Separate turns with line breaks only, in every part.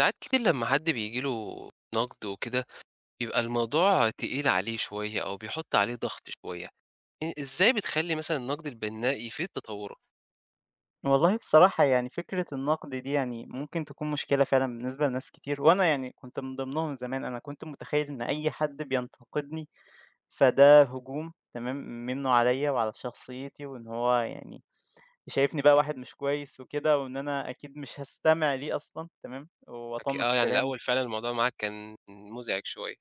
ساعات كتير لمّا حد بييجي له نقد وكده، بيبقى الموضوع تقيل عليه شوية أو بيحُط عليه ضغط شوية. إزاي بتخلّي مثلًا النقد البناء يفيد تطوّرك؟
والله بصراحة يعني فكرة النقد دي يعني ممكن تكون مشكلة فعلًا بالنسبة لناس كتير، وأنا يعني كنت من ضمنهم زمان. أنا كنت متخيل إن أي حد بينتقدني فده هجوم تمام، منه عليّا وعلى شخصيتي، وإن هو يعني شايفني بقى واحد مش كويس وكده، وإن أنا أكيد مش هاستمع ليه أصلًا تمام،
آه،
وأطنّش
يعني
كلامه.
الأول فعلًا الموضوع معاك كان مُزعج شوية.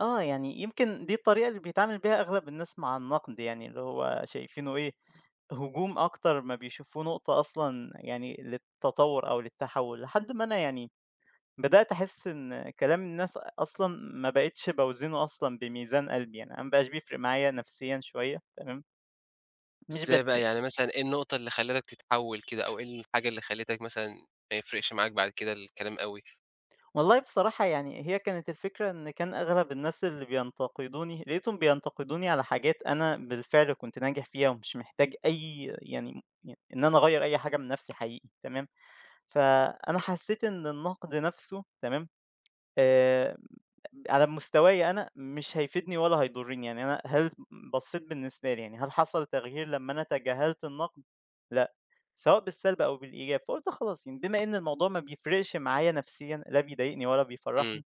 آه، يعني يمكن دي الطريقة اللي بيتعامل بيها أغلب الناس مع النقد، يعني اللي هو شايفينه إيه، هجوم أكتر ما بيشوفوه نقطة أصلًا يعني للتطوّر أو للتحوّل، لحد ما أنا يعني بدأت أحس إن كلام الناس أصلًا ما بقيتش باوزنه أصلًا بميزان قلبي، يعني أنا ما بقاش بيفرق معايا نفسيًا شوية تمام. مش ب
إزاي بقى يعني مثلًا إيه النقطة اللي خلّتك تتحوّل كده، أو إيه الحاجة اللي خلّتك مثلًا ما يفرقش معاك بعد كده الكلام أوي؟
والله بصراحة يعني هي كانت الفكرة إن كان أغلب الناس اللي بينتقدوني لقيتهم بينتقدوني على حاجات أنا بالفعل كنت ناجح فيها ومش محتاج أي يعني إن أنا أغير أي حاجة من نفسي حقيقي تمام. فأنا حسيت إن النقد نفسه تمام، آه، على مستواي أنا مش هيفيدني ولا هيضرني. يعني أنا بصيت بالنسبة لي، يعني هل حصل تغيير لما أنا تجاهلت النقد؟ لا، سواء بالسلب او بالايجاب. فقلت خلاص، يعني بما ان الموضوع ما بيفرقش معايا نفسيا، لا بيضايقني ولا
إمم.
بيفرحني،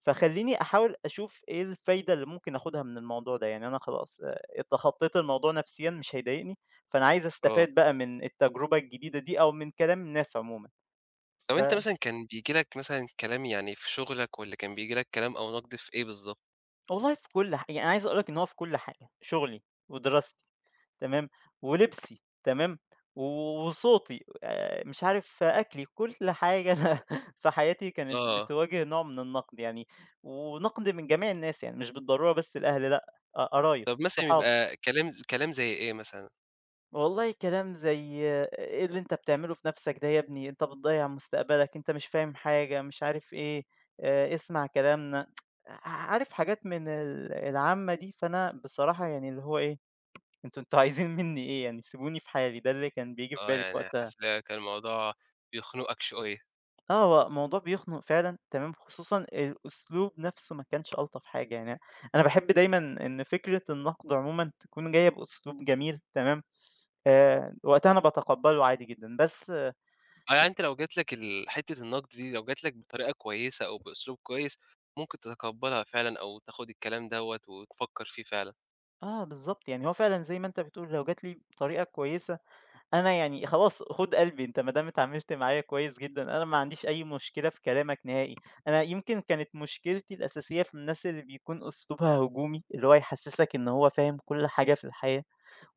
فخلّيني أحاول أشوف إيه الفايدة اللي ممكن آخُدها من الموضوع ده. يعني أنا خلاص تخطّيت الموضوع نفسيًا، مش هيضايقني، فأنا عايز
آه.
أستفاد بقى من التجربة الجديدة دي أو من كلام الناس عمومًا.
طَب
ف
أنت مثلًا كان بييجي لك مثلًا كلام يعني في شُغلك، والّا كان بييجي لك كلام أو نقد في إيه بالضبط؟
والله في كل يعني أنا عايز أقول لك إن هو في كل حاجة: شُغلي ودراستي تمام، ولبسي تمام، و وصوتي، مش عارف، آه، أكلي، كل حاجة أنا في حياتي كانت
آه.
بتواجه نوع من النقد يعني، ونقد من جميع الناس، يعني مش بالضرورة بس الأهل، لأ، قرايب،
طَب مثلًا
صحاب.
بيبقى كلام كلام زي إيه مثلًا؟
والله كلام زي إيه اللي أنت بتعمله في نَفْسك ده يا ابني، أنت بتضيّع مستقبلك، أنت مش فاهم حاجة، مش عارف إيه، اسمع كلامنا، عارف حاجات من العامة دي. فأنا بصراحة يعني اللي هو إيه، أنتم عايزين منّي إيه يعني، سيبوني في حالي، ده اللي كان بييجي في
آه،
بالي في
يعني
وقتها.
حاسس إن هي كان الموضوع بيخنقك شوية.
آه، هو موضوع بيخنُق فعلًا تمام، خصوصًا الأسلوب نَفْسه ما كانش ألطف حاجة يعني. أنا باحب دايمًا إن فكرة النقد عمومًا تكون جاية بأسلوب جميل تمام، وقتها أنا باتقبّله عادي جدًا، بس
آه، يعني أنت لو جات لك حتّة النقد دي، لو جات لك بطريقة كويسة أو بأسلوب كويس، ممكن تتقبّلها فعلًا، أو تاخُد الكلام دوّة وتفكّر فيه فعلًا.
آه بالضبط، يعني هو فعلًا زي ما أنت بتقول، لو جات لي بطريقة كويسة، أنا يعني خلاص خُد قلبي. أنت ما دام اتعاملت معايا كويس جدًا، أنا ما عنديش أي مشكلة في كلامك نهائي. أنا يمكن كانت مشكلتي الأساسية في الناس اللي بيكون أسلوبها هجومي، اللي هو يحسسك إن هو فاهم كل حاجة في الحياة،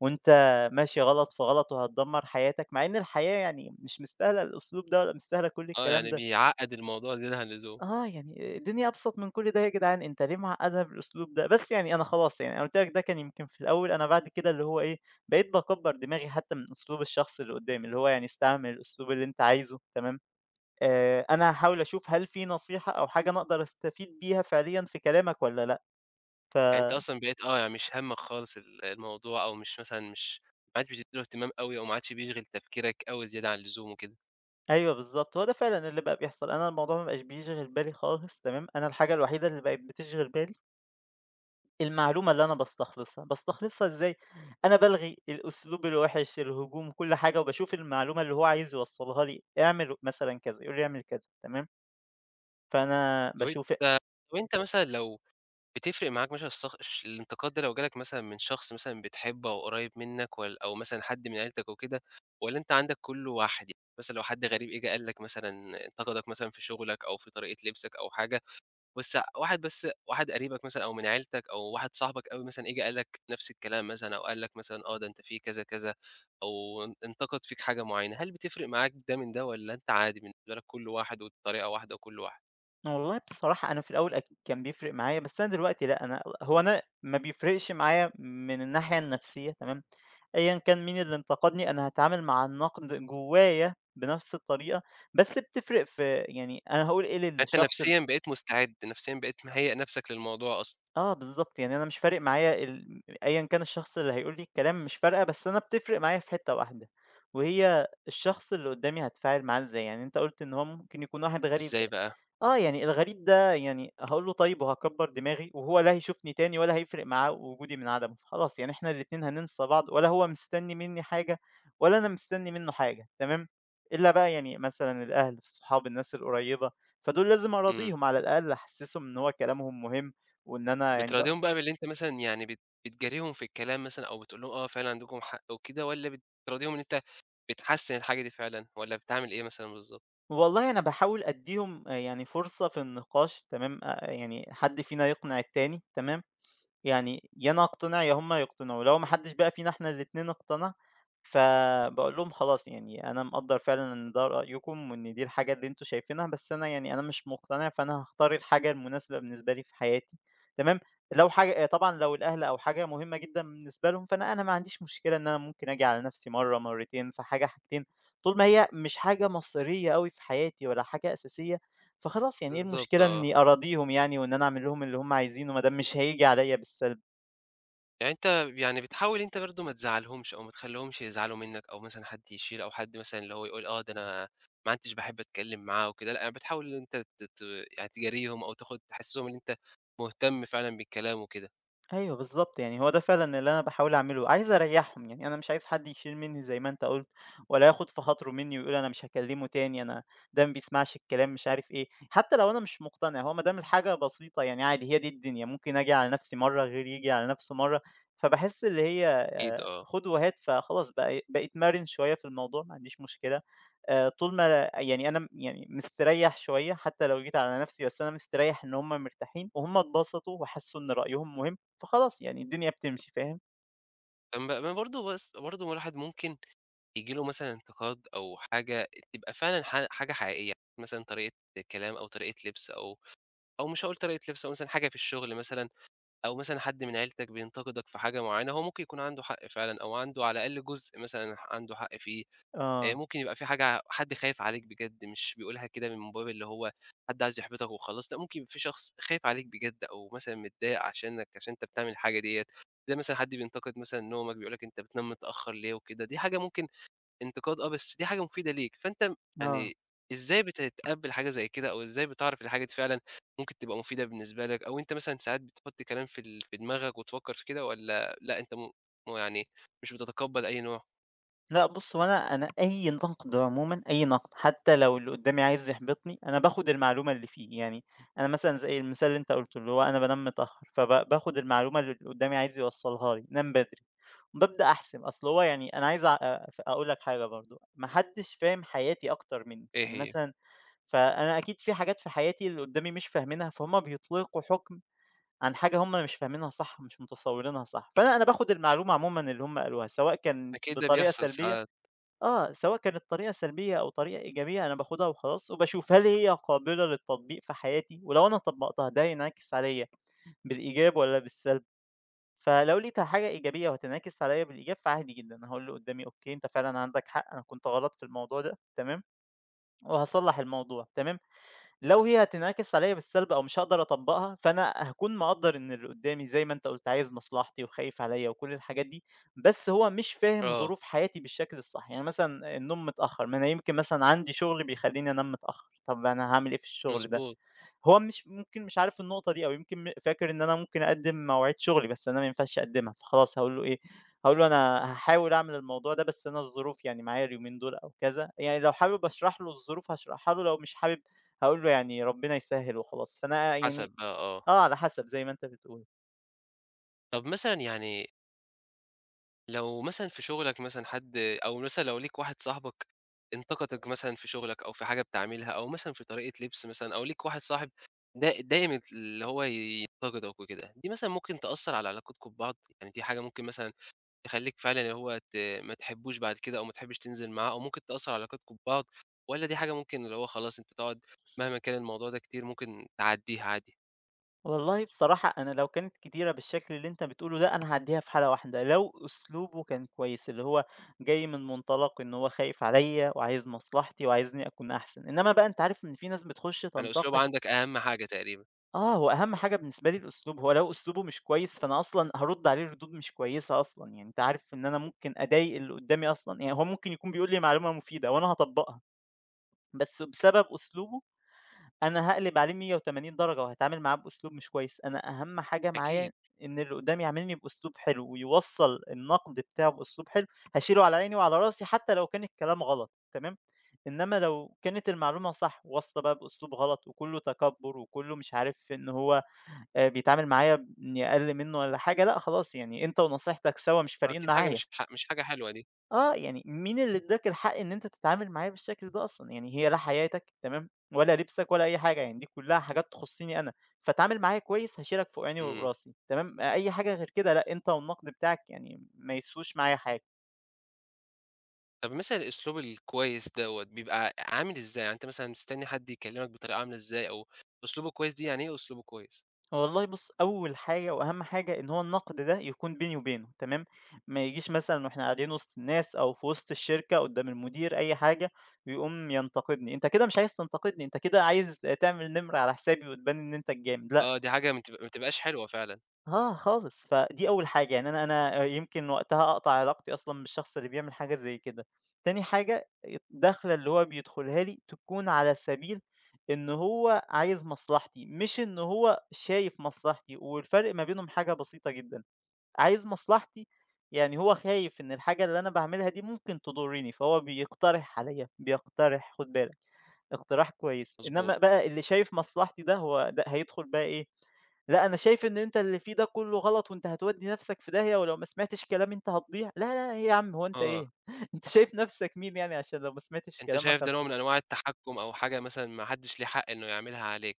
وأنت ماشي غلط في غلط وهتدمّر حياتك، مع إن الحياة يعني مش مستاهلة الأسلوب ده ولا مستاهلة كل
آه،
الكلام
يعني
ده.
بيعقّد الموضوع زيادة عن اللزوم.
آه، يعني الدنيا أبسط من كل ده يا جدعان، أنت ليه معقّدها بالأسلوب ده؟ بس يعني أنا خلاص، يعني أنا قُلت لك ده كان يمكن في الأول، أنا بعد كده اللي هو إيه، بقيت باكبّر دماغي حتى من أسلوب الشخص اللي قُدّامي، اللي هو يعني استعمل الأسلوب اللي أنت عايزه تمام. أنا هاحاول أشوف هل في نصيحة أو حاجة أنا أقدر أستفيد بيها فعليًا في كلامك والّا لأ. ف
يعني أنت أصلًا بقيت آه، يعني مش هَمّك خالص الموضوع، أو مش مثلًا مش ما عادش بتدّي له اهتمام أوي، أو ما عادش بيشغِل تفكيرك أوي زيادة عن اللزوم وكده.
أيوه بالضبط، هو ده فعلًا اللي بقى بيحصل، أنا الموضوع ما بقاش بيشغِل بالي خالص تمام. أنا الحاجة الوحيدة اللي بقت بتشغِل بالي المعلومة اللي أنا باستخلصها، باستخلصها إزاي؟ أنا بالغي الأسلوب الوِحِش، الهجوم، كل حاجة، وباشوف المعلومة اللي هو عايز يوصّلها لي، اعمل مثلًا كذا، يقول لي اعمل كذا، تمام، فأنا
طب
باشوف.
أنت طب أنت مثلًا لو بتفرق معاك مثلًا الصخ الش الانتقاد ده، لو جه لك مثلًا من شخص مثلًا بتحبه أو قريب منك أو مثلًا حد من عيلتك وكده، والّا أنت عندك كله واحد؟ يعني مثلًا لو حد غريب إجى قال لك مثلًا، انتقدك مثلًا في شغلك أو في طريقة لبسك أو حاجة، بس واحد قريبك مثلًا أو من عيلتك أو واحد صاحبك أوي مثلًا، إجى قال لك نفس الكلام مثلًا، أو قال لك مثلًا آه، ده أنت في كذا، كذا، أو انتقد فيك حاجة معينة، هل بتفرق معاك ده من ده، والّا أنت عادي بالنسبة لك كله واحد والطريقة واحدة وكله واحد؟
والله بصراحة أنا في الأول أكيد كان بيفرق معايا، بس أنا دلوقتي لأ. أنا ما بيفرقش معايا من الناحية النفسية تمام، أيًا كان مين اللي انتقدني، أنا هاتعامل مع النقد جوّايا بنفس الطريقة، بس بتفرق في، يعني أنا هاقول إيه
فأنت
للشخص.
نفسيًا بقيت مستعد، نفسيًا بقيت مهيّأ نفسك للموضوع أصلًا.
آه بالضبط، يعني أنا مش فارق معايا أيًا كان الشخص اللي هيقول لي الكلام مش فارقة، بس أنا بتفرق معايا في حتّة واحدة، وهي الشخص اللي قدّامي هاتفاعل معاه إزاي. يعني أنت قُلت إن هو ممكن يكون واحد غريب.
إزاي بقى؟
آه، يعني الغريب ده يعني هاقول له طيب وهاكبّر دماغي، وهو لا هيشوفني تاني ولا هيفرق معاه وجودي من عدمه، خلاص. يعني إحنا الاتنين هننسى بعض، ولا هو مستني منّي حاجة ولا أنا مستني منّه حاجة، تمام؟ إلا بقى يعني مثلًا الأهل، الصحاب، الناس القريّبة، فدول لازم
إمم.
أراضيهم على الأقل، أحسّسهم إن هو كلامهم مهم وإن أنا يعني
بتراضيهم بقى باللي أنت مثلًا يعني بتجاريهم في الكلام مثلًا، أو بتقول لهم آه فعلًا عندكم حق وكده، والّا بتراضيهم إن أنت بتحسّن الحاجة دي فعلًا، والّا بتعمل إيه مثلًا بالضبط؟
والله أنا باحاول أدّيهم آه، يعني فرصة في النقاش تمام، يعني حد فينا يقنع التاني تمام؟ يعني يا أنا أقتنع يا هم يقتنعوا، لو ما حدش بقى فينا إحنا الاتنين اقتنع، فباقول لهم خلاص، يعني أنا مقدّر فعلًا إن ده رأيكم وإن دي الحاجة اللي أنتم شايفينها، بس أنا يعني مش مقتنع، فأنا هاختار الحاجة المناسبة بالنسبة لي في حياتي، تمام؟ لو حاجة طبعًا، لو الأهل أو حاجة مهمة جدًا بالنسبة لهم، فأنا ما عنديش مشكلة إن أنا ممكن آجي على نفسي مرّة، مرّتين، في حاجة، حاجتين، طول ما هي مش حاجة مصيرية أوي في حياتي ولا حاجة أساسية. فخلاص، يعني إيه
بالضبط،
المشكلة
آه.
إني أراضيهم يعني وإن أنا أعمل لهم اللي هم عايزينه ما دام مش هييجي عليّا بالسلب؟
يعني أنت يعني بتحاول أنت برضه ما تزعّلهمش أو ما تخلّيهمش يزعلوا منك، أو مثلًا حد يشيل، أو حد مثلًا اللي هو يقول آه ده أنا ما عدتش باحب أتكلم معاه وكده، لأ بتحاول إن أنت ت ت يعني تجاريهم، أو تاخد تحسّسهم إن أنت مهتم فعلًا بالكلام وكده.
أيوه بالضبط، يعني هو ده فعلًا اللي أنا باحاول أعمله، عايز أريّحهم. يعني أنا مش عايز حد يشيل منّي زي ما أنت قُلت، ولا ياخد في خاطره منّي ويقول أنا مش هاكلمه تاني، أنا ده ما بيسمعش الكلام، مش عارف إيه. حتى لو أنا مش مقتنع، هو ما دام الحاجة بسيطة يعني عادي، هي دي الدنيا، ممكن آجي على نَفْسي مرّة غيري ييجي على نَفْسه مرّة. فباحس اللي هي
أكيد، آه.
خُد وهات، فخلاص بقيت مرِن شوية في الموضوع، ما عنديش مشكلة. طول ما يعني أنا يعني مستريّح شوية، حتى لو جيت على نَفْسي، بس أنا مستريّح إن هُم مرتاحين وهُم اتبسطوا وحسّوا إن رأيهم مهم. فخلاص، يعني الدنيا بتمشي، فاهم؟
أما ما برضه بس برضه الواحد ممكن ييجي له مثلًا انتقاد أو حاجة تبقى فعلًا حاجة حقيقية، مثلًا طريقة كلام أو طريقة لبس، أو مش هاقول طريقة لبس، أو مثلًا حاجة في الشغل مثلًا، أو مثلًا حد من عيلتك بينتقدك في حاجة معيّنة، هو ممكن يكون عنده حق فعلًا، أو عنده على الأقل جزء مثلًا عنده حق فيه.
آه.
ممكن يبقى في حاجة حد خايف عليك بجد، مش بيقولها كده من باب اللي هو حد عايز يحبطك وخلاص، لأ ممكن يبقى في شخص خايف عليك بجد، أو مثلًا متضايق عشانك، عشان أنت بتعمل الحاجة ديّة. زي مثلًا حد بينتقد مثلًا نومك، بيقول لك أنت بتنام متأخر ليه وكده، دي حاجة ممكن انتقاد، آه، بس دي حاجة مفيدة ليك. فأنت
آه.
يعني إزاي بتتقبّل حاجة زي كده، أو إزاي بتعرف الحاجة دي فعلًا ممكن تبقى مفيدة بالنسبة لك، أو أنت مثلًا ساعات بتحط كلام في في دماغك وتفكّر في كده، والّا لأ أنت يعني مش بتتقبّل أي نوع؟
لأ بُص، هو أنا أي نقد عمومًا، أي نقد، حتى لو اللي قدّامي عايز يحبطني، أنا باخد المعلومة اللي فيه. يعني أنا مثلًا زي المثال اللي أنت قُلته، اللي هو أنا بانام متأخر، باخد المعلومة اللي قدّامي عايز يوصّلها لي، نام بدري، وبابدأ أحسب. أصل هو يعني أنا عايز أقول لك حاجة برضه، ما حدش فاهم حياتي أكتر منّي،
إيه
يعني
هي؟
مثلًا فأنا أكيد في حاجات في حياتي اللي قدّامي مش فاهمينها، فهُم بيطلقوا حُكم عن حاجة هم مش فاهمينها صح، مش متصورينها صح. فأنا باخد المعلومة عمومًا اللي هم قالوها، سواء كان
أكيد ده
بطريقة
بيحصل
سلبية،
ساعات.
آه، سواء كانت طريقة سلبية أو طريقة إيجابية أنا باخدها وخلاص، وباشوف هل هي قابلة للتطبيق في حياتي، ولو أنا طبّقتها ده هينعكس عليَّ بالإيجاب والّا بالسلب؟ فلو لقيتها حاجة إيجابية وهتنعكس عليَّ بالإيجاب فعادي جدًا، هاقول للي قدّامي أوكي، أنت فعلًا عندك حق، أنا كنت غلط في الموضوع ده تمام، وهاصلّح الموضوع تمام. لو هي هتنعكس عليَّ بالسلب أو مش هاقدر أطبّقها، فأنا هاكون مقدّر إن اللي قدّامي زي ما أنت قُلت عايز مصلحتي وخايف عليَّ وكل الحاجات دي، بس هو مش فاهم
آه.
ظروف حياتي بالشكل الصح. يعني مثلًا النوم متأخّر، ما أنا يمكن مثلًا عندي شغل بيخلّيني أنام متأخّر، طَب أنا هاعمل إيه في الشغل ده؟
مضبوط.
هو مش ممكن مش عارف النقطة دي، أو يمكن فاكر إن أنا ممكن أقدّم مواعيد شغلي، بس أنا ما ينفعش أقدّمها، فخلاص هاقول له إيه، هاقول له أنا هاحاول أعمل الموضوع ده بس أنا الظروف يعني معايا اليومين دول أو كذا. يعني لو حابب أشرح له الظروف هاشرحها له، لو مش حابب هاقول له يعني ربنا يسهّل وخلاص، فأنا
حسب
يعني
بقى، آه.
آه، على حسب زي ما أنت بتقول.
طب مثلًا يعني لو مثلًا في شغلك مثلًا حد، أو مثلًا لو ليك واحد صاحبك انتقدك مثلًا في شغلك، أو في حاجة بتعملها، أو مثلًا في طريقة لبس مثلًا، أو ليك واحد صاحب دايم اللي هو ينتقدك وكده، دي مثلًا ممكن تأثّر على علاقتكم ببعض؟ يعني دي حاجة ممكن مثلًا تخلّيك فعلًا اللي هو ت ما تحبّوش بعد كده، أو ما تحبّش تنزل معاه، أو ممكن تأثّر على علاقتكم ببعض، والّا دي حاجة ممكن اللي هو خلاص أنت تقعد مهما كان الموضوع ده كتير ممكن تعدّيها عادي؟
والله بصراحة أنا لو كانت كتيرة بالشكل اللي أنت بتقوله ده، أنا هاعديها في حالة واحدة، لو أسلوبه كان كويس، اللي هو جاي من منطلق إن هو خايف عليا وعايز مصلحتي وعايزني أكون أحسن، إنما بقى أنت عارف إن في ناس بتخش
يعني أسلوب
تنتقد.
عندك أهم حاجة تقريبًا.
آه، هو أهم حاجة بالنسبة لي الأسلوب. هو لو أسلوبه مش كويس فأنا أصلا هرد عليه ردود مش كويسة أصلا، يعني أنت عارف إن أنا ممكن أضايق اللي قدامي أصلا، يعني هو ممكن يكون بيقول لي معلومة مفيدة وأنا هطبقها، بس بسبب أسلوبه أنا هاقلب عليه 180 درجة وهاتعامل معاه بأسلوب مش كويس. أنا أهم حاجة
أكيد.
معايا إن اللي قدّامي يعاملني بأسلوب حلو ويوصّل النقد بتاعه بأسلوب حلو، هاشيله على عيني وعلى راسي حتى لو كان الكلام غلط تمام، إنما لو كانت المعلومة صح واصلة بقى بأسلوب غلط وكلّه تكبُّر وكلّه مش عارف إن هو بيتعامل معايا إني أقل منّه والّا حاجة، لأ خلاص، يعني أنت ونصيحتك سوا مش
آه،
فارقين
أكيد حاجة
معايا.
مش ح مش حاجة حلوة دي.
آه، يعني مين اللي ادّاك الحق إن أنت تتعامل معايا بالشكل ده أصلًا؟ يعني هي لا حياتك تمام، ولا لبسك ولا أي حاجة، يعني دي كلّها حاجات تخصّني أنا، فاتعامل معايا كويس هاشيلك فوق عيني وفوق
إمم.
راسي تمام، آه، أي حاجة غير كده لأ، أنت والنقد بتاعك يعني ما يسوش معايا حاجة.
طب مثلًا الأسلوب الكويس دوّة بيبقى عامل إزاي؟ يعني أنت مثلًا مستني حد يكلمك بطريقة عاملة إزاي، أو أسلوبه كويس دي يعني إيه أسلوبه كويس؟
والله بُص، أول حاجة وأهم حاجة إن هو النقد ده يكون بيني وبينه تمام، ما يجيش مثلًا وإحنا قاعدين وسط الناس أو في وسط الشركة قدّام المدير أي حاجة ويقوم ينتقدني. أنت كده مش عايز تنتقدني، أنت كده عايز تعمل نمرة على حسابي وتبان إن أنت الجامد، لأ.
آه، دي حاجة ما تبقاش حلوة فعلًا.
آه خالص، فدي أول حاجة، يعني أنا يمكن وقتها أقطع علاقتي أصلًا بالشخص اللي بيعمل حاجة زي كده. تاني حاجة، الدخلة اللي هو بيدخلها لي تكون على سبيل إن هو عايز مصلحتي، مش إن هو شايف مصلحتي، والفرق ما بينهم حاجة بسيطة جدًا، عايز مصلحتي، يعني هو خايف إن الحاجة اللي أنا باعملها دي ممكن تضرني، فهو بيقترح عليّا، بيقترح خُد بالك. اقتراح كويس،
مضبوط.
إنما بقى اللي شايف مصلحتي ده ده هيدخل بقى إيه، لأ أنا شايف إن أنت اللي فيه ده كله غلط وأنت هتودّي نَفْسك في داهية ولو ما سمعتش كلامي أنت هتضيع، لا، لا، إيه يا عم هو أنت
آه،
إيه، أنت شايف نَفْسك مين يعني عشان لو ما سمعتش
أنت
كلامك
شايف ده نوع من أنواع التحكُّم، أو حاجة مثلًا ما حدش ليه حق إنه يعملها عليك.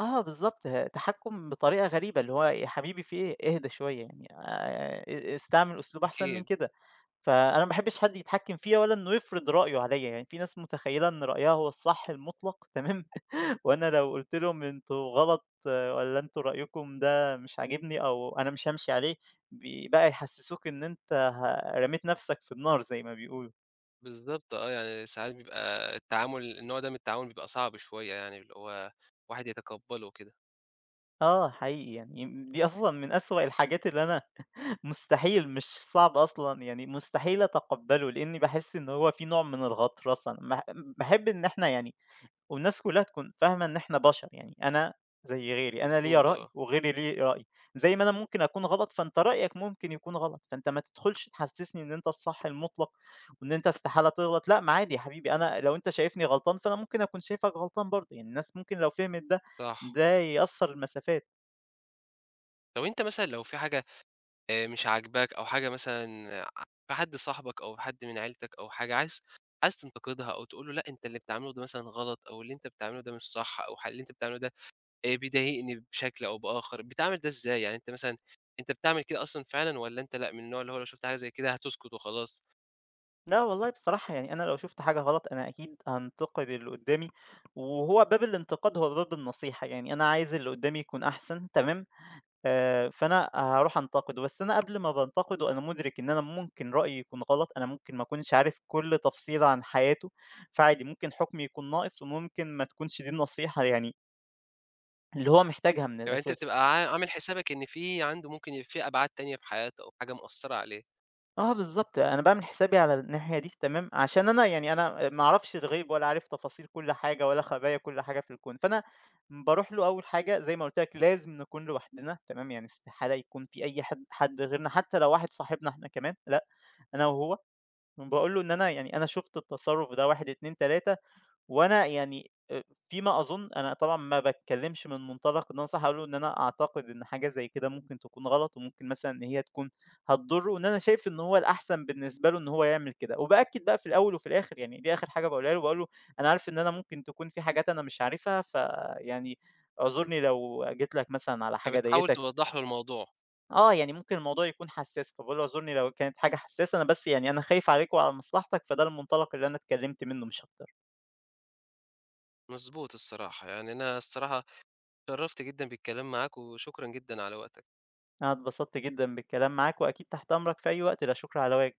آه بالضبط، تحكُّم بطريقة غريبة، اللي هو يا حبيبي في إيه، اهدى شوية يعني أ استعمل أسلوب أحسن من
أكيد.
كده، فأنا ما باحبش حد يتحكّم فيّا ولا إنه يفرض رأيه عليّا، يعني في ناس متخيّلة إن رأيها هو الصح المُطلق تمام؟ وأنا لو قُلت لهم أنتم غلط والّا أنتم رأيكم ده مش عاجبني أو أنا مش هامشي عليه، بقى يحسّسوك إن أنت رميت نَفْسك في النار زي ما بيقولوا.
بالضبط، آه. يعني ساعات بيبقى التعامل النوع ده من التعامل بيبقى صعب شوية يعني، اللي هو الواحد يتقبّله وكده.
آه حقيقي يعني دي أصلًا من أسوأ الحاجات اللي أنا مستحيل مش صعب أصلًا، يعني مستحيل أتقبّله، لإنّي باحس إن هو في نوع من الغطرسة. ما باحب إن إحنا يعني والناس كلّها تكون فاهمة إن إحنا بشر، يعني أنا زي غيري، أنا ليّا
مضبوط،
رأي
آه.
وغيري ليه رأي، زي ما أنا ممكن أكون غلط، فأنت رأيك ممكن يكون غلط، فأنت ما تدخلش تحسسني إن أنت الصح المطلق وإن أنت استحالة تغلط، لأ، ما عادي يا حبيبي، أنا لو أنت شايفني غلطان، فأنا ممكن أكون شايفك غلطان برضه، يعني الناس ممكن لو فهمت ده،
صح.
ده يأثّر المسافات.
طب أنت مثلًا لو في حاجة مش عاجباك، أو حاجة مثلًا ع في حد صاحبك أو حد من عيلتك، أو حاجة عايز تنتقدها، أو تقول له لأ أنت اللي بتعمله ده مثلًا غلط، أو اللي أنت بتعمله ده مش صح، أو ح اللي أنت بتعمله ده بيضايقني بشكل أو بآخر، بتعمل ده إزاي؟ يعني أنت مثلًا أنت بتعمل كده أصلًا فعلًا، والّا أنت لأ من النوع اللي هو لو شُفت حاجة زي كده هتسكت وخلاص؟
لأ والله بصراحة يعني أنا لو شُفت حاجة غلط، أنا أكيد هانتقد اللي قدّامي، وهو باب الانتقاد هو باب النصيحة، يعني أنا عايز اللي قدّامي يكون أحسن، تمام؟ فأنا هاروح أنتقده، بس أنا قبل ما بانتقده أنا مُدرك إن أنا ممكن رأيي يكون غلط، أنا ممكن ما أكونش عارف كل تفصيلة عن حياته، فعادي ممكن حكمي يكون ناقص وممكن ما تكونش دي النصيحة يعني اللي هو محتاجها من
يبقى أنت
الأساس.
بتبقى عامل حسابك إن في عنده ممكن يبقى في أبعاد تانية في حياته أو حاجة مأثّرة عليه.
آه بالضبط، أنا باعمل حسابي على الناحية دي تمام، عشان أنا يعني أنا ما أعرفش الغيب ولا عارف تفاصيل كل حاجة ولا خبايا كل حاجة في الكون، فأنا باروح له أول حاجة زي ما قُلت لك لازم نكون لوحدنا تمام، يعني استحالة يكون في أي حد غيرنا حتى لو واحد صاحبنا إحنا كمان لأ، أنا وهو. باقول له إن أنا يعني أنا شُفت التصرُّف ده 1، 2، 3 وأنا يعني فيما أظُن أنا طبعًا ما باتكلّمش من منطلق إن أنا صح، هاقول له إن أنا أعتقد إن حاجة زي كده ممكن تكون غلط وممكن مثلًا إن هي تكون هتضُرّه وإن أنا شايف إن هو الأحسن بالنسبة له إن هو يعمل كده، وبأكّد بقى في الأول وفي الآخِر يعني دي آخِر حاجة باقولها له، باقول له: "أنا عارف إن أنا ممكن تكون في حاجات أنا مش عارفها، فيعني
إمم.
اعذرني لو جيت لك مثلًا على حاجة
فبتحاول
ضايقتك."
توضّح له الموضوع.
آه، يعني ممكن الموضوع يكون حساس، فباقول له: "اعذرني لو كانت حاجة حساسة، أنا بس يعني أنا خايف عليك وعلى مصلحتك، فده المنطلق اللي أنا اتكلمت منه مش أكتر."
مضبوط الصراحة. يعني أنا الصراحة اتشرّفت جدًا بالكلام معاك، وشكرًا جدًا على وقتك.
أنا اتبسطت جدًا بالكلام معاك، وأكيد تحت أمرك في أي وقت، لا شكر على واجب.